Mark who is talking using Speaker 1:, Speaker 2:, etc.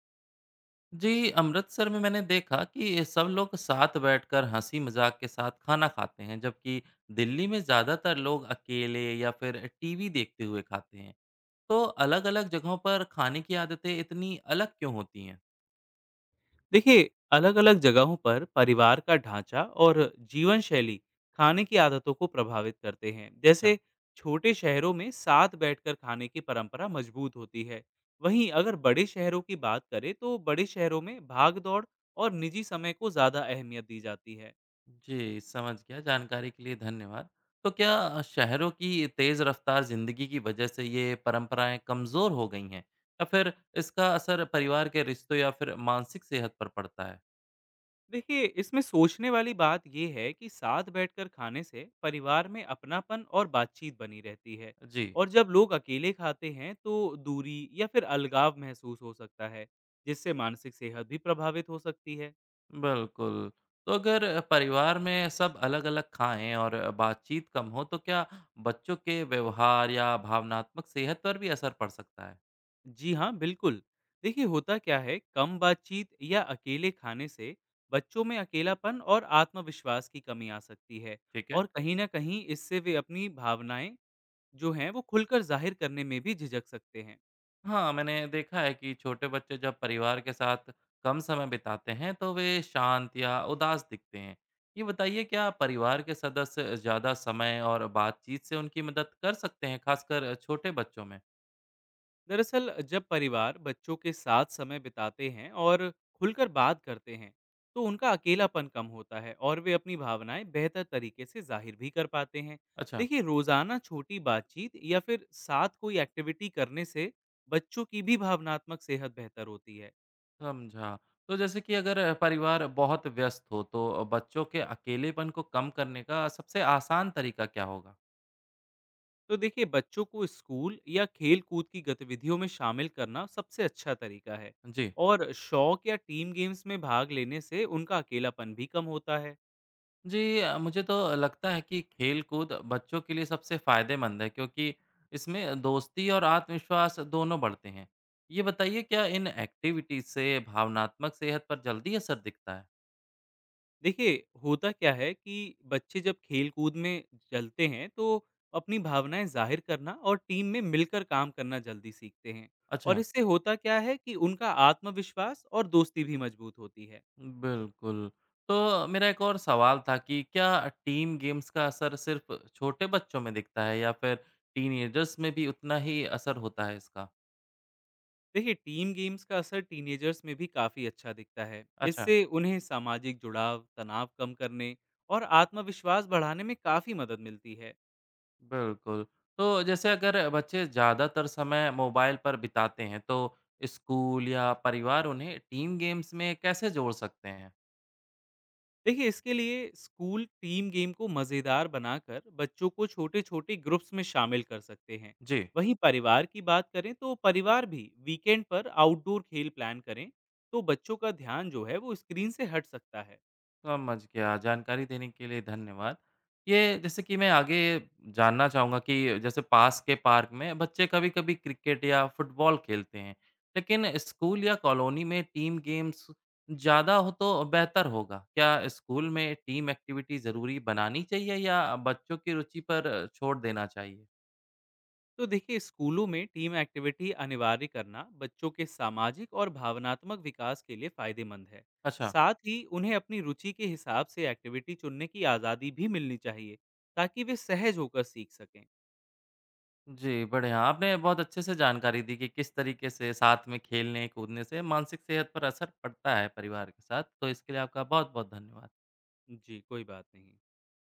Speaker 1: जी, अमृतसर में मैंने देखा कि सब लोग साथ बैठकर हँसी मज़ाक के साथ खाना खाते हैं, जबकि दिल्ली में ज़्यादातर लोग अकेले या फिर टीवी देखते हुए खाते हैं। तो अलग-अलग जगहों पर खाने की आदतें इतनी अलग क्यों होती हैं?
Speaker 2: देखिए अलग अलग जगहों पर परिवार का ढांचा और जीवन शैली खाने की आदतों को प्रभावित करते हैं।
Speaker 1: अच्छा
Speaker 2: जैसे छोटे शहरों में साथ बैठकर खाने की परंपरा मजबूत होती है। वहीं अगर बड़े शहरों की बात करें तो बड़े शहरों में भाग दौड़ और निजी समय को ज़्यादा अहमियत दी जाती है।
Speaker 1: जी, समझ गया। जानकारी के लिए धन्यवाद। तो क्या शहरों की तेज़ रफ्तार ज़िंदगी की वजह से ये परंपराएं कमज़ोर हो गई हैं या फिर इसका असर परिवार के रिश्तों या फिर मानसिक सेहत पर पड़ता है?
Speaker 2: देखिए इसमें सोचने वाली बात यह है कि साथ बैठकर खाने से परिवार में अपनापन और बातचीत बनी रहती है।
Speaker 1: जी।
Speaker 2: और जब लोग अकेले खाते हैं तो दूरी या फिर अलगाव महसूस हो सकता है, जिससे मानसिक सेहत भी प्रभावित हो सकती है।
Speaker 1: बिल्कुल। तो अगर परिवार में सब अलग-अलग खाएँ और बातचीत कम हो, तो क्या बच्चों के व्यवहार या भावनात्मक सेहत पर भी असर पड़ सकता है?
Speaker 2: जी हाँ बिल्कुल। देखिए होता क्या है, कम बातचीत या अकेले खाने से बच्चों में अकेलापन और आत्मविश्वास की कमी आ सकती है।
Speaker 1: ठीक है।
Speaker 2: और कहीं ना कहीं इससे वे अपनी भावनाएं जो हैं वो खुलकर जाहिर करने में भी झिझक सकते हैं।
Speaker 1: हाँ, मैंने देखा है कि छोटे बच्चे जब परिवार के साथ कम समय बिताते हैं, तो वे शांत या उदास दिखते हैं। ये बताइए क्या परिवार के सदस्य ज़्यादा समय और बातचीत से उनकी मदद कर सकते हैं, खासकर छोटे बच्चों में?
Speaker 2: दरअसल जब परिवार बच्चों के साथ समय बिताते हैं और खुलकर बात करते हैं तो उनका अकेलापन कम होता है और वे अपनी भावनाएं बेहतर तरीके से जाहिर भी कर पाते हैं।
Speaker 1: अच्छा।
Speaker 2: देखिए रोजाना छोटी बातचीत या फिर साथ कोई एक्टिविटी करने से बच्चों की भी भावनात्मक सेहत बेहतर होती है।
Speaker 1: समझा। तो जैसे कि अगर परिवार बहुत व्यस्त हो तो बच्चों के अकेलेपन को कम करने का सबसे आसान तरीका क्या होगा?
Speaker 2: तो देखिए बच्चों को स्कूल या खेल कूद की गतिविधियों में शामिल करना सबसे अच्छा तरीका है।
Speaker 1: जी।
Speaker 2: और शौक या टीम गेम्स में भाग लेने से उनका अकेलापन भी कम होता है।
Speaker 1: जी, मुझे तो लगता है कि खेल-कूद बच्चों के लिए सबसे फ़ायदेमंद है क्योंकि इसमें दोस्ती और आत्मविश्वास दोनों बढ़ते हैं। ये बताइए क्या इन एक्टिविटीज़ से भावनात्मक सेहत पर जल्दी असर दिखता है?
Speaker 2: देखिए होता क्या है कि बच्चे जब खेलकूद में चलते हैं तो अपनी भावनाएं जाहिर करना और टीम में मिलकर काम करना जल्दी सीखते हैं। और
Speaker 1: अच्छा।
Speaker 2: इससे होता क्या है कि उनका आत्मविश्वास और दोस्ती भी मजबूत होती है।
Speaker 1: बिल्कुल। तो मेरा एक और सवाल था कि क्या टीम गेम्स का असर सिर्फ़ छोटे बच्चों में दिखता है या फिर टीनएजर्स में भी उतना ही असर होता है इसका?
Speaker 2: देखिए टीम गेम्स का असर टीनेजर्स में भी काफ़ी अच्छा दिखता है।
Speaker 1: अच्छा।
Speaker 2: इससे उन्हें सामाजिक जुड़ाव, तनाव कम करने और आत्मविश्वास बढ़ाने में काफ़ी मदद मिलती है।
Speaker 1: बिल्कुल। तो जैसे अगर बच्चे ज़्यादातर समय मोबाइल पर बिताते हैं, तो स्कूल या परिवार उन्हें टीम गेम्स में कैसे जोड़ सकते हैं?
Speaker 2: देखिए इसके लिए स्कूल टीम गेम को मज़ेदार बनाकर बच्चों को छोटे छोटे ग्रुप्स में शामिल कर सकते हैं।
Speaker 1: जी।
Speaker 2: वहीं परिवार की बात करें तो परिवार भी वीकेंड पर आउटडोर खेल प्लान करें तो बच्चों का ध्यान जो है वो स्क्रीन से हट सकता है।
Speaker 1: समझ गया, जानकारी देने के लिए धन्यवाद। ये जैसे कि मैं आगे जानना चाहूँगा कि जैसे पास के पार्क में बच्चे कभी-कभी क्रिकेट या फुटबॉल खेलते हैं, लेकिन स्कूल या कॉलोनी में टीम गेम्स ज़्यादा हो तो बेहतर होगा। क्या स्कूल में टीम एक्टिविटी ज़रूरी बनानी चाहिए या बच्चों की रुचि पर छोड़ देना चाहिए?
Speaker 2: तो देखिए स्कूलों में टीम एक्टिविटी अनिवार्य करना बच्चों के सामाजिक और भावनात्मक विकास के लिए फायदेमंद है।
Speaker 1: अच्छा।
Speaker 2: साथ ही उन्हें अपनी रुचि के हिसाब से एक्टिविटी चुनने की आज़ादी भी मिलनी चाहिए ताकि वे सहज होकर सीख सकें।
Speaker 1: जी, बढ़िया। आपने बहुत अच्छे से जानकारी दी कि किस तरीके से साथ में खेलने-कूदने से मानसिक सेहत पर असर पड़ता है परिवार के साथ। तो इसके लिए आपका बहुत-बहुत धन्यवाद।
Speaker 2: जी कोई बात नहीं।